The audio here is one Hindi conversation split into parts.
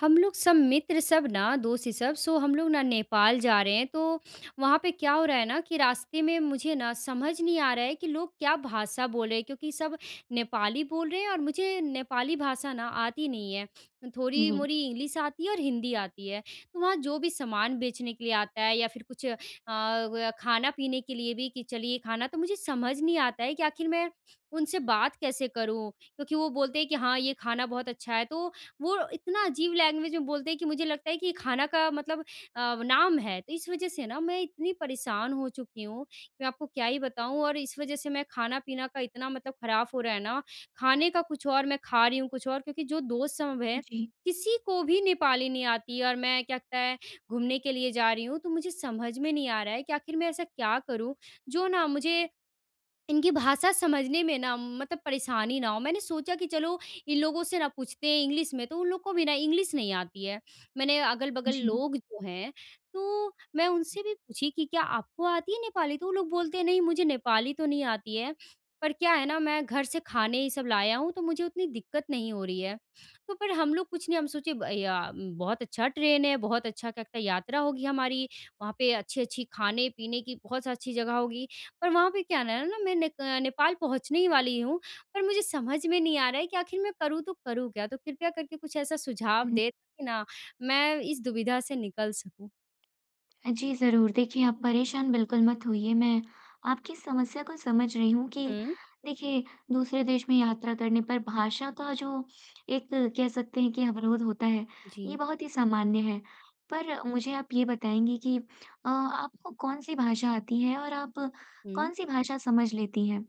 हम लोग सब मित्र सब ना दोस्त ही सब सो हम लोग ना नेपाल जा रहे हैं, तो वहाँ पे क्या हो रहा है ना कि रास्ते में मुझे ना समझ नहीं आ रहा है कि लोग क्या भाषा बोल रहे हैं, क्योंकि सब नेपाली बोल रहे हैं और मुझे नेपाली भाषा ना आती नहीं है। थोड़ी जी, मोरी इंग्लिश आती है और हिंदी आती है। तो वहाँ जो भी सामान बेचने के लिए आता है या फिर कुछ खाना पीने के लिए भी कि चलिए खाना तो मुझे समझ नहीं आता है कि आखिर मैं उनसे बात कैसे करूँ, क्योंकि वो बोलते हैं कि हाँ ये खाना बहुत अच्छा है। तो वो इतना अजीब लैंग्वेज में बोलते हैं कि मुझे लगता है कि ये खाना का मतलब नाम है। तो इस वज़ह से ना मैं इतनी परेशान हो चुकी हूँ, कि मैं आपको क्या ही बताऊँ, और इस वज़ह से मैं खाना-पीना का इतना मतलब खराब हो रहा है ना, खाने का कुछ और मैं खा रही हूँ कुछ और, क्योंकि जो दोस्त सब हैं, जी, किसी को भी नेपाली नहीं आती और मैं क्या कहता है घूमने के लिए जा रही हूँ। तो मुझे समझ में नहीं आ रहा है कि आखिर मैं ऐसा क्या करूँ, जो ना मुझे इनकी भाषा समझने में ना मतलब परेशानी ना हो। मैंने सोचा कि चलो इन लोगों से ना पूछते हैं इंग्लिश में, तो उन लोग को भी ना इंग्लिश नहीं आती है। मैंने अगल-बगल जी। लोग जो हैं, तो मैं उनसे भी पूछी कि क्या आपको आती है नेपाली? तो वो लोग बोलते हैं नहीं मुझे नेपाली तो नहीं आती है, पर क्या है ना मैं घर से खाने ये सब लाया हूँ, तो मुझे उतनी दिक्कत नहीं हो रही है। तो फिर हम लोग कुछ नहीं हम सोचे बहुत अच्छा ट्रेन है, बहुत अच्छा क्या-क्या यात्रा होगी हमारी, वहाँ पे अच्छी-अच्छी खाने-पीने की बहुत अच्छी जगह होगी। पर वहाँ पे क्या ना ना मैं नेक नेपाल पहुँचने ही वाली हूँ, पर मुझे समझ में नहीं आ रहा है कि आखिर मैं करूँ तो करूँ क्या? तो कृपया करके कुछ ऐसा सुझाव हुँ, दें, ताकि ना मैं इस दुविधा से निकल सकूँ। जी, ज़रूर। देखिए, आप परेशान बिल्कुल मत होइए, मैं आपकी समस्या को समझ रही हूँ कि हुँ। देखिए, दूसरे देश में यात्रा करने पर भाषा का जो एक कह सकते हैं कि अवरोध होता है, ये जी। बहुत ही सामान्य है। पर मुझे आप ये बताएँगी कि आपको कौन-सी भाषा आती है और आप हुँ। कौन-सी भाषा समझ लेती हैं?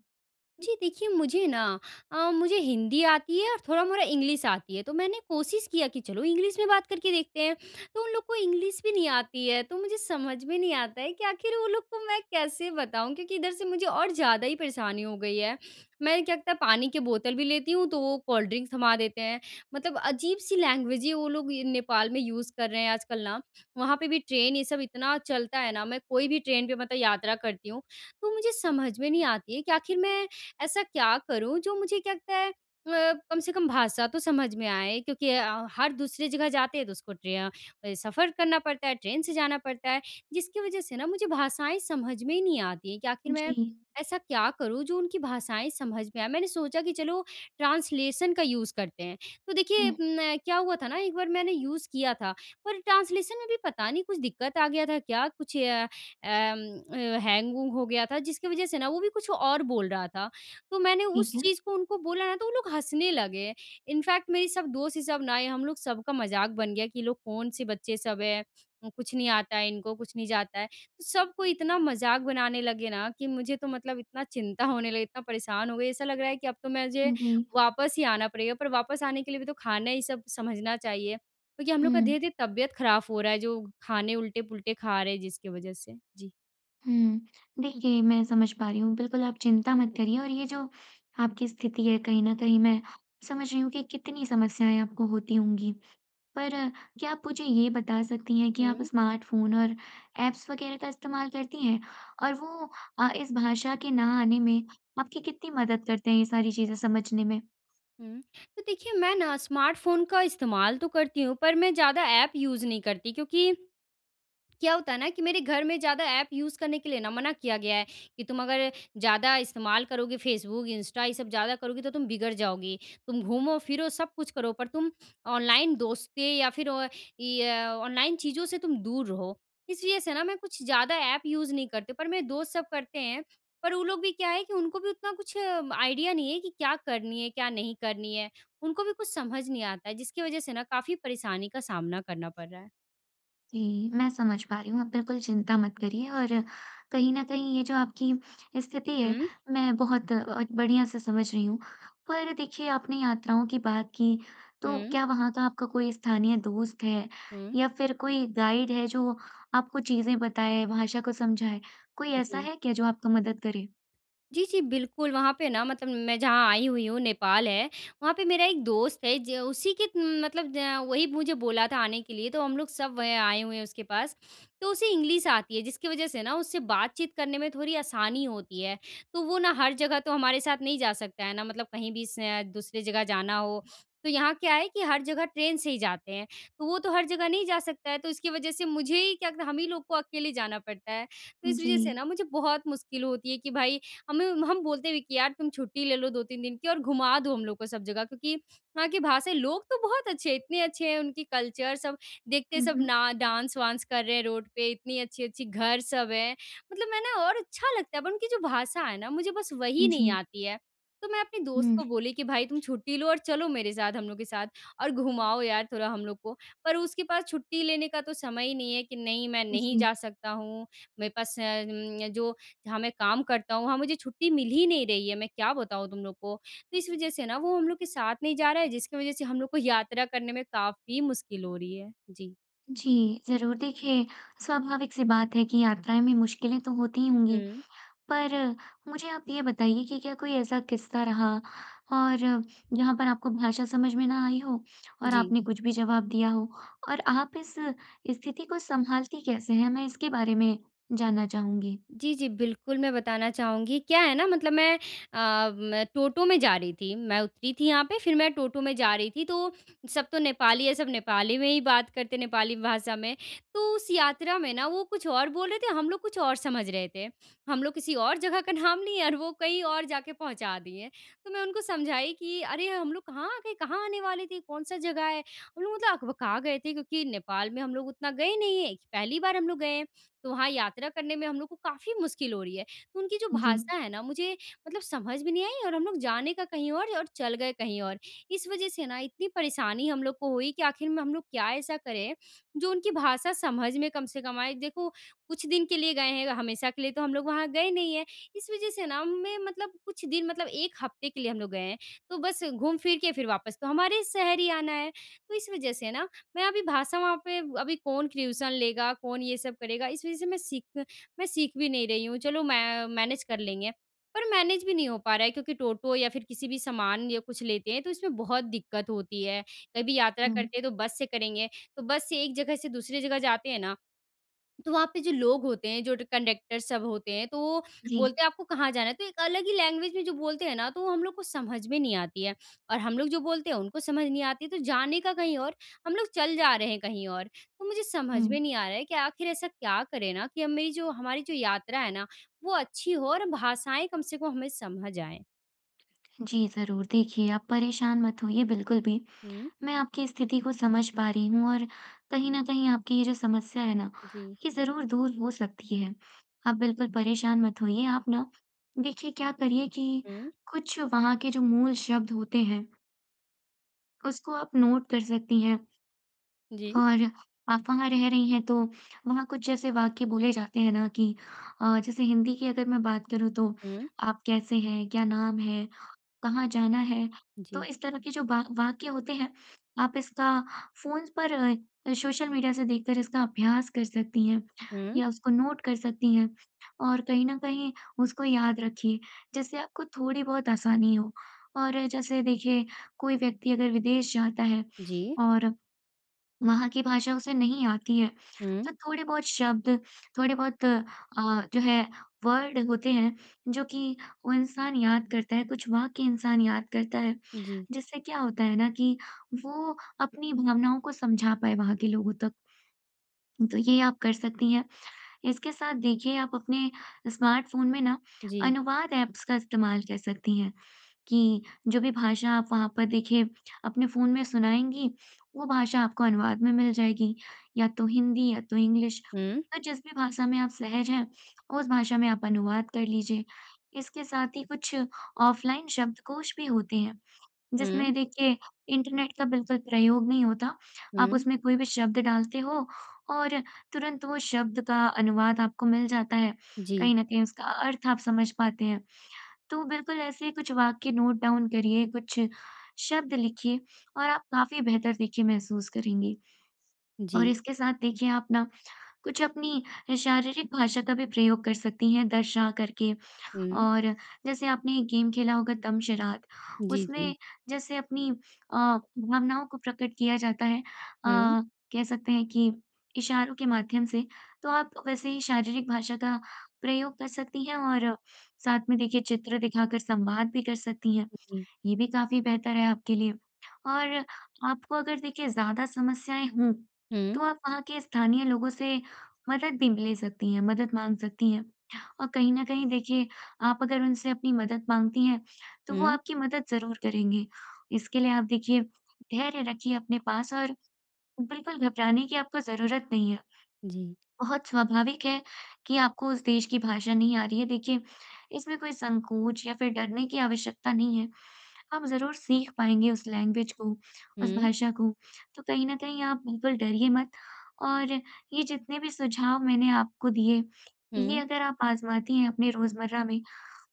जी, देखिए मुझे ना मुझे हिंदी आती है और थोड़ा-मोड़ा इंग्लिश आती है, तो मैंने कोशिश किया कि चलो इंग्लिश में बात करके देखते हैं, तो उन लोग को इंग्लिश भी नहीं आती है, तो मुझे समझ में नहीं आता है कि आखिर वो लोग को मैं कैसे बताऊँ? क्योंकि इधर से मुझे और ज़्यादा ही परेशानी हो गई है। मैं क्या लगता है पानी की बोतल भी लेती हूँ, तो वो कोल्ड ड्रिंक थमा देते हैं। मतलब अजीब-सी लैंग्वेज ही वो लोग ये नेपाल में यूज़ कर रहे हैं आजकल ना। वहाँ पे भी ट्रेन ये सब इतना चलता है ना, मैं कोई भी ट्रेन पे मतलब यात्रा करती हूँ, तो मुझे समझ में नहीं आती है कि आखिर मैं ऐसा क्या करूँ, जो मुझे क्या लगता है कम से कम भाषा तो समझ में आए, क्योंकि हर दूसरी जगह जाते हैं तो उसको सफ़र करना पड़ता है, ट्रेन से जाना पड़ता है, जिसकी वज़ह से ना मुझे भाषाएँ समझ में ही नहीं आती हैं कि आखिर जी। मैं ऐसा क्या करूँ जो उनकी भाषाएँ समझ में आए? मैंने सोचा कि चलो ट्रांसलेशन का यूज़ करते हैं। तो देखिए हुँ, न क्या हुआ था ना, एक बार मैंने यूज़ किया था, पर ट्रांसलेशन में भी पता नहीं कुछ दिक्कत आ गया था, क्या कुछ हैंग-वूंग हो गया था, जिसकी वज़ह से ना वो भी कुछ और बोल रहा था। तो मैंने ठीक उस है। चीज़ को उनको बोला ना तो वो लोग हँसने लगे। इनफैक्ट मेरी सब दोस्त ही सब ना आए, हम लोग सबका मज़ाक बन गया कि ये लोग कौन-से बच्चे सब हैं, कुछ नहीं आता है इनको, कुछ नहीं जाता है। तो सबको इतना मज़ाक बनाने लगे ना कि मुझे तो मतलब इतना चिंता होने लगी, इतना परेशान हो गई, ऐसा लग रहा है कि अब तो मुझे जी, वापस ही आना पड़ेगा। पर वापस आने के लिए भी तो खाना ही सब समझना चाहिए, क्योंकि हम लोग का हुँ। धीरे-धीरे तबीयत खराब हो रहा है, जो खाने उल्टे-पुल्टे खा रहे हैं जिसकी वज़ह से। जी। हुँ। देखिए, मैं समझ पा रही हूँ। बिल्कुल आप चिंता मत करिए और ये जो आपकी स्थिति है कहीं न कहीं मैं समझ रही हूँ कि कितनी समस्याएँ आपको होती होंगी। पर क्या आप मुझे ये बता सकती हैं कि आप हुँ। स्मार्टफ़ोन और ऐप्स वग़ैरह का इस्तेमाल करती हैं? और वो इस भाषा के ना आने में आपकी कितनी मदद करते हैं ये सारी चीज़ें समझने में? हुँ। तो देखिए मैं ना स्मार्टफ़ोन का इस्तेमाल तो करती हूँ, पर मैं ज़्यादा ऐप यूज़ नहीं करती, क्योंकि क्या होता है ना कि मेरे घर में ज़्यादा ऐप यूज़ करने के लिए ना मना किया गया है कि तुम अगर ज़्यादा इस्तेमाल करोगे फेसबुक, इंस्टा ये सब ज़्यादा करोगी तो तुम बिगड़ जाओगी। तुम घूमो-फिरो सब कुछ करो पर तुम ऑनलाइन दोस्तें या फिर ये ऑनलाइन चीज़ों से तुम दूर रहो। इस वजह से ना मैं कुछ ज़्यादा ऐप यूज़ नहीं करती, पर मेरे दोस्त सब करते हैं। पर वो लोग भी क्या है कि उनको भी उतना कुछ आइडिया नहीं है कि क्या करनी है, क्या नहीं करनी है। उनको भी कुछ समझ नहीं आता है, जिसकी वजह से ना काफ़ी परेशानी का सामना करना पड़ रहा है। जी, मैं समझ पा रही हूँ। आप बिल्कुल चिंता मत करिए और कहीं न कहीं ये जो आपकी स्थिति है, हुँ। मैं बहुत बढ़िया से समझ रही हूँ। पर देखिए, आपने यात्राओं की बात की, तो हुँ। क्या वहाँ का आपका कोई स्थानीय दोस्त है हुँ। या फिर कोई गाइड है जो आपको चीज़ें बताए, भाषा को समझाए? कोई ऐसा जी। है क्या जो आपका मदद करे? जी, जी, बिल्कुल, वहाँ पे ना मतलब मैं जहाँ आई हुई हूँ नेपाल है, वहाँ पे मेरा एक दोस्त है, ज उसी के न- मतलब ज वही मुझे बोला था आने के लिए, तो हम लोग सब वह आए हुए हैं उसके पास। तो उसे इंग्लिश आती है, जिसकी वज़ह से ना उससे बातचीत करने में थोड़ी आसानी होती है। तो वो ना हर जगह तो हमारे साथ नहीं जा सकता है ना, मतलब कहीं भी स दूसरी जगह जाना हो, तो यहाँ क्या है कि हर जगह ट्रेन से ही जाते हैं। तो वो तो हर जगह नहीं जा सकता है, तो इसकी वज़ह से मुझे ही क्या हम ही लोग को अकेले जाना पड़ता है। तो इस जी। वज़ह से ना मुझे बहुत मुश्किल होती है कि भाई, हमें हम बोलते भी कि यार तुम छुट्टी ले लो 2-3 दिन की, और घुमा दो हम लोग को सब जगह, क्योंकि वहाँ की भाषा लोग तो बहुत अच्छे हैं, इतने अच्छे हैं, उनकी कल्चर सब देखते हैं, हुँ, सब हुँ। ना डांस-वांस कर रहे हैं रोड पे, इतनी अच्छी-अच्छी घर सब है। मतलब मैं ना और अच्छा लगता है, पर उनकी जो भाषा है ना मुझे बस वही नहीं जी। आती है। तो मैं अपने दोस्त हुँ, को बोली कि भाई तुम छुट्टी लो और चलो मेरे साथ हम लोग के साथ, और घुमाओ यार थोड़ा हम लोग को। पर उसके पास छुट्टी लेने का तो समय ही नहीं है कि नहीं मैं नहीं जी। जा सकता हूँ। मेरे पास जो जहाँ मैं काम करता हूँ, वहाँ मुझे छुट्टी मिल ही नहीं रही है, मैं क्या बताऊँ तुम लोग को? तो इस वज़ह से ना वो हम लोग के साथ नहीं जा रहा है, जिसकी वज़ह से हम लोग को यात्रा करने में काफ़ी मुश्किल हो रही है। जी। जी, ज़रूर। देखिए, स्वाभाविक सी बात है कि यात्राएँ में मुश्किलें तो होती ही होंगी। हुँ। पर मुझे आप ये बताइए कि क्या कोई ऐसा किस्सा रहा और जहाँ पर आपको भाषा समझ में ना आई हो और जी। आपने कुछ भी जवाब दिया हो और आप इस स्थिति को सँभालती कैसे हैं? मैं इसके बारे में जानना चाहूँगी। जी, जी, बिल्कुल, मैं बताना चाहूँगी। क्या है ना, मतलब मैं अ, म टोटो में जा रही थी। मैं उतरी थी यहाँ पे, फिर मैं टोटो में जा रही थी, तो सब तो नेपाली है, सब नेपाली में ही बात करते नेपाली भाषा में। तो उस यात्रा में ना वो कुछ और बोल रहे थे, हम लोग कुछ और समझ रहे थे। हम लोग किसी और जगह का नाम लिए और वो कहीं और जाके पहुँचा दिए। तो मैं उनको समझाई कि अरे! हम लोग कहाँ आ गए? कहाँ आने वाले थे? कौन-सा जगह है? हम लोग मतलब अकबका गए थे, क्योंकि नेपाल में हम लोग उतना गए नहीं हैं। पहली बार हम लोग गए हैं। तो वहाँ यात्रा करने में हम लोग को काफ़ी मुश्किल हो रही है। तो उनकी जो जी। भाषा है ना मुझे मतलब समझ भी नहीं आई, और हम लोग जाने का कहीं और चल गए कहीं और। इस वज़ह से ना इतनी परेशानी हम लोग को हुई कि आखिर में हम लोग क्या ऐसा करें, जो उनकी भाषा समझ में कम से कम आए। देखो कुछ दिन के लिए गए हैं, हमेशा के लिए तो हम लोग वहाँ गए नहीं हैं। इस वज़ह से ना मैं मतलब कुछ दिन मतलब 1 हफ़्ते के लिए हम लोग गए हैं। तो बस घूम फिर के फिर वापस तो हमारे शहर ही आना है। तो इस वज़ह से ना मैं अभी भाषा वहाँ पे अभी कौन ट्यूशन लेगा, कौन ये सब करेगा, इस वज़ह से मैं सीख भी नहीं रही हूँ। चलो मैं मैनेज कर लेंगे, पर मैनेज भी नहीं हो पा रहा है, क्योंकि टोटो या फिर किसी भी सामान या कुछ लेते हैं, तो इसमें बहुत दिक्कत होती है। कभी यात्रा हुँ। करते हैं तो बस से करेंगे, तो बस से एक जगह से दूसरी जगह जाते हैं ना, तो वहाँ पे जो लोग होते हैं, जो कंडक्टर सब होते हैं, तो वो जी। बोलते हैं आपको कहाँ जाना है, तो एक अलग ही लैंग्वेज में जो बोलते हैं ना, तो वो हम लोग को समझ में नहीं आती है, और हम लोग जो बोलते हैं उनको समझ नहीं आती है, तो जाने का कहीं और, हम लोग चल जा रहे हैं कहीं और। तो मुझे समझ हुँ। में नहीं आ रहा है कि आखिर ऐसा क्या करें ना कि हम मेरी जो हमारी जो यात्रा है ना, वो अच्छी हो और भाषाएँ कम से कम हमें समझ आएँ। जी, ज़रूर। देखिए, आप परेशान मत होइए बिल्कुल भी। हुँ। मैं आपकी स्थिति को समझ पा रही हूँ और कहीं न कहीं आपकी ये जो समस्या है ना, जी। ये ज़रूर दूर हो सकती है। आप बिल्कुल परेशान मत होइए। आप ना देखिए क्या करिए कि हुँ। कुछ वहाँ के जो मूल शब्द होते हैं, उसको आप नोट कर सकती हैं जी। और आप वहाँ रह रही हैं तो वहाँ कुछ जैसे वाक्य बोले जाते हैं ना कि जैसे हिंदी की अगर मैं बात करूँ तो हुँ। आप कैसे हैं? क्या नाम है? कहाँ जाना है, तो जी। इस तरह के जो वा वाक्य होते हैं, आप इसका फ़ोन पर सोशल मीडिया से देखकर इसका अभ्यास कर सकती हैं हुँ। या उसको नोट कर सकती हैं और कहीं न कहीं उसको याद रखिए, जिससे आपको थोड़ी बहुत आसानी हो। और जैसे देखिए, कोई व्यक्ति अगर विदेश जाता है जी। और वहाँ की भाषा उसे नहीं आती है। हुँ। तो थोड़े बहुत शब्द, थोड़े बहुत जो है वर्ड होते हैं जो कि वो इंसान याद करता है, कुछ वाक्य इंसान याद करता है। जी। जिससे क्या होता है ना कि वो अपनी भावनाओं को समझा पाए वहाँ के लोगों तक। तो ये आप कर सकती हैं। इसके साथ देखिए आप अपने स्मार्टफ़ोन में ना जी। अनुवाद ऐप्स का इस्तेमाल कर सकती हैं। कि जो भी भाषा आप वहाँ पर देखिए अपने फ़ोन में सुनाएँगी, वो भाषा आपको अनुवाद में मिल जाएगी, या तो हिंदी या तो इंग्लिश। हुँ। तो जिस भी भाषा में आप सहज हैं, उस भाषा में आप अनुवाद कर लीजिए। इसके साथ ही कुछ ऑफ़लाइन शब्दकोश भी होते हैं, हुँ। जिसमें देखिए इंटरनेट का बिल्कुल प्रयोग नहीं होता। आप हुँ। उसमें कोई भी शब्द डालते हो और तुरंत वो शब्द का अनुवाद आपको मिल जाता है। जी। कहीं न कहीं उसका अर्थ आप समझ पाते हैं। तो बिल्कुल ऐसे कुछ वाक्य नोट डाउन करिए, कुछ शब्द लिखिए और आप काफ़ी बेहतर देखिए महसूस करेंगी। और जी। इसके साथ देखिए आप ना कुछ अपनी शारीरिक भाषा का भी प्रयोग कर सकती हैं, दर्शा करके हुँ। और जैसे आपने एक गेम खेला होगा दमशराद, जी। जी। उसमें जैसे अपनी भावनाओं को प्रकट किया जाता है हुँ। कह सकते हैं कि इशारों के माध्यम से, तो आप वैसे ही शारीरिक भाषा का प्रयोग कर सकती हैं और साथ में देखिए चित्र दिखाकर संवाद भी कर सकती हैं। हुँ। ये भी काफ़ी बेहतर है आपके लिए। और आपको अगर देखिए ज़्यादा समस्याएँ हों, तो हुँ। आप वहाँ के स्थानीय लोगों से मदद भी ले सकती हैं, मदद माँग सकती हैं। और कहीं न कहीं देखिए आप अगर उनसे अपनी मदद माँगती हैं, तो वो हुँ। आपकी मदद ज़रूर करेंगे। इसके लिए आप देखिए धैर्य रखिए अपने पास और बिल्कुल घबराने की आपको ज़रूरत नहीं है। जी। बहुत स्वाभाविक है कि आपको उस देश की भाषा नहीं आ रही है। देखिए इसमें कोई संकोच या फिर डरने की आवश्यकता नहीं है। हम ज़रूर सीख पाएँगे उस लैंग्वेज को, उस हुँ। भाषा को। तो कहीं न कहीं आप बिल्कुल डरिए मत और ये जितने भी सुझाव मैंने आपको दिए, ये हुँ। अगर आप आज़माती हैं अपने रोज़मर्रा में,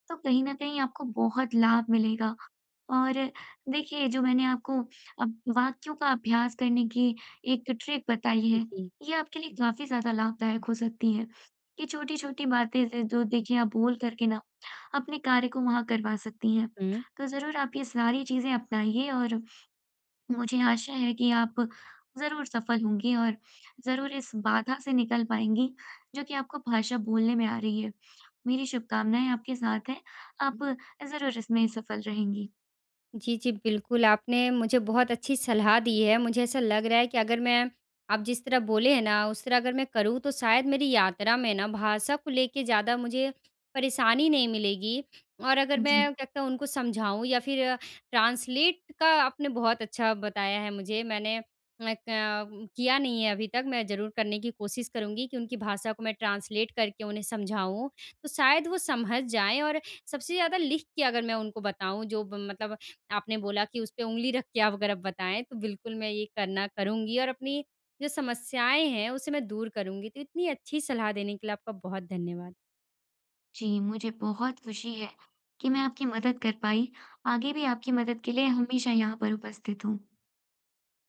तो कहीं न कहीं आपको बहुत लाभ मिलेगा। और देखिए, जो मैंने आपको अब वाक्यों का अभ्यास करने की एक ट्रिक बताई है, जी। ये आपके लिए काफ़ी ज़्यादा लाभदायक हो सकती है। ये छोटी-छोटी बातें ज जो देखिए आप बोल कर के ना, अपने कार्य को वहाँ करवा सकती हैं। हुँ। तो ज़रूर आप ये सारी चीज़ें अपनाइए और मुझे आशा है कि आप ज़रूर सफल होंगी और ज़रूर इस बाधा से निकल पाएँगी, जो कि आपको भाषा बोलने में आ रही है। मेरी शुभकामनाएँ आपके साथ हैं, आप ज़रूर इसमें सफल रहेंगी। जी, जी, बिल्कुल, आपने मुझे बहुत अच्छी सलाह दी है। मुझे ऐसा लग रहा है कि अगर मैं आप जिस तरह बोले हैं ना, उस तरह अगर मैं करूँ तो शायद मेरी यात्रा में ना भाषा को लेके ज़्यादा मुझे परेशानी नहीं मिलेगी, और अगर जी। मैं क्या कहता हूँ उनको समझाऊँ या फिर ट्रांसलेट का आपने बहुत अच्छा बताया है मुझे। मैंने अ, क किया नहीं है अभी तक, मैं ज़रूर करने की कोशिश करूँगी कि उनकी भाषा को मैं ट्रांसलेट करके उन्हें समझाऊँ, तो शायद वो समझ जाएँ, और सबसे ज़्यादा लिख के अगर मैं उनको बताऊँ जो ब मतलब आपने बोला कि उसपे ऊँगली रख के आप अगर आप बताएँ, तो बिल्कुल मैं ये करना करूँगी और अपनी जो समस्याएँ हैं, उसे मैं दूर करूँगी। तो इतनी अच्छी सलाह देने के लिए आपका बहुत धन्यवाद। जी, मुझे बहुत खुशी है कि मैं आपकी मदद कर पाई। आगे भी आपकी मदद के लिए हमेशा यहाँ पर उपस्थित हूँ।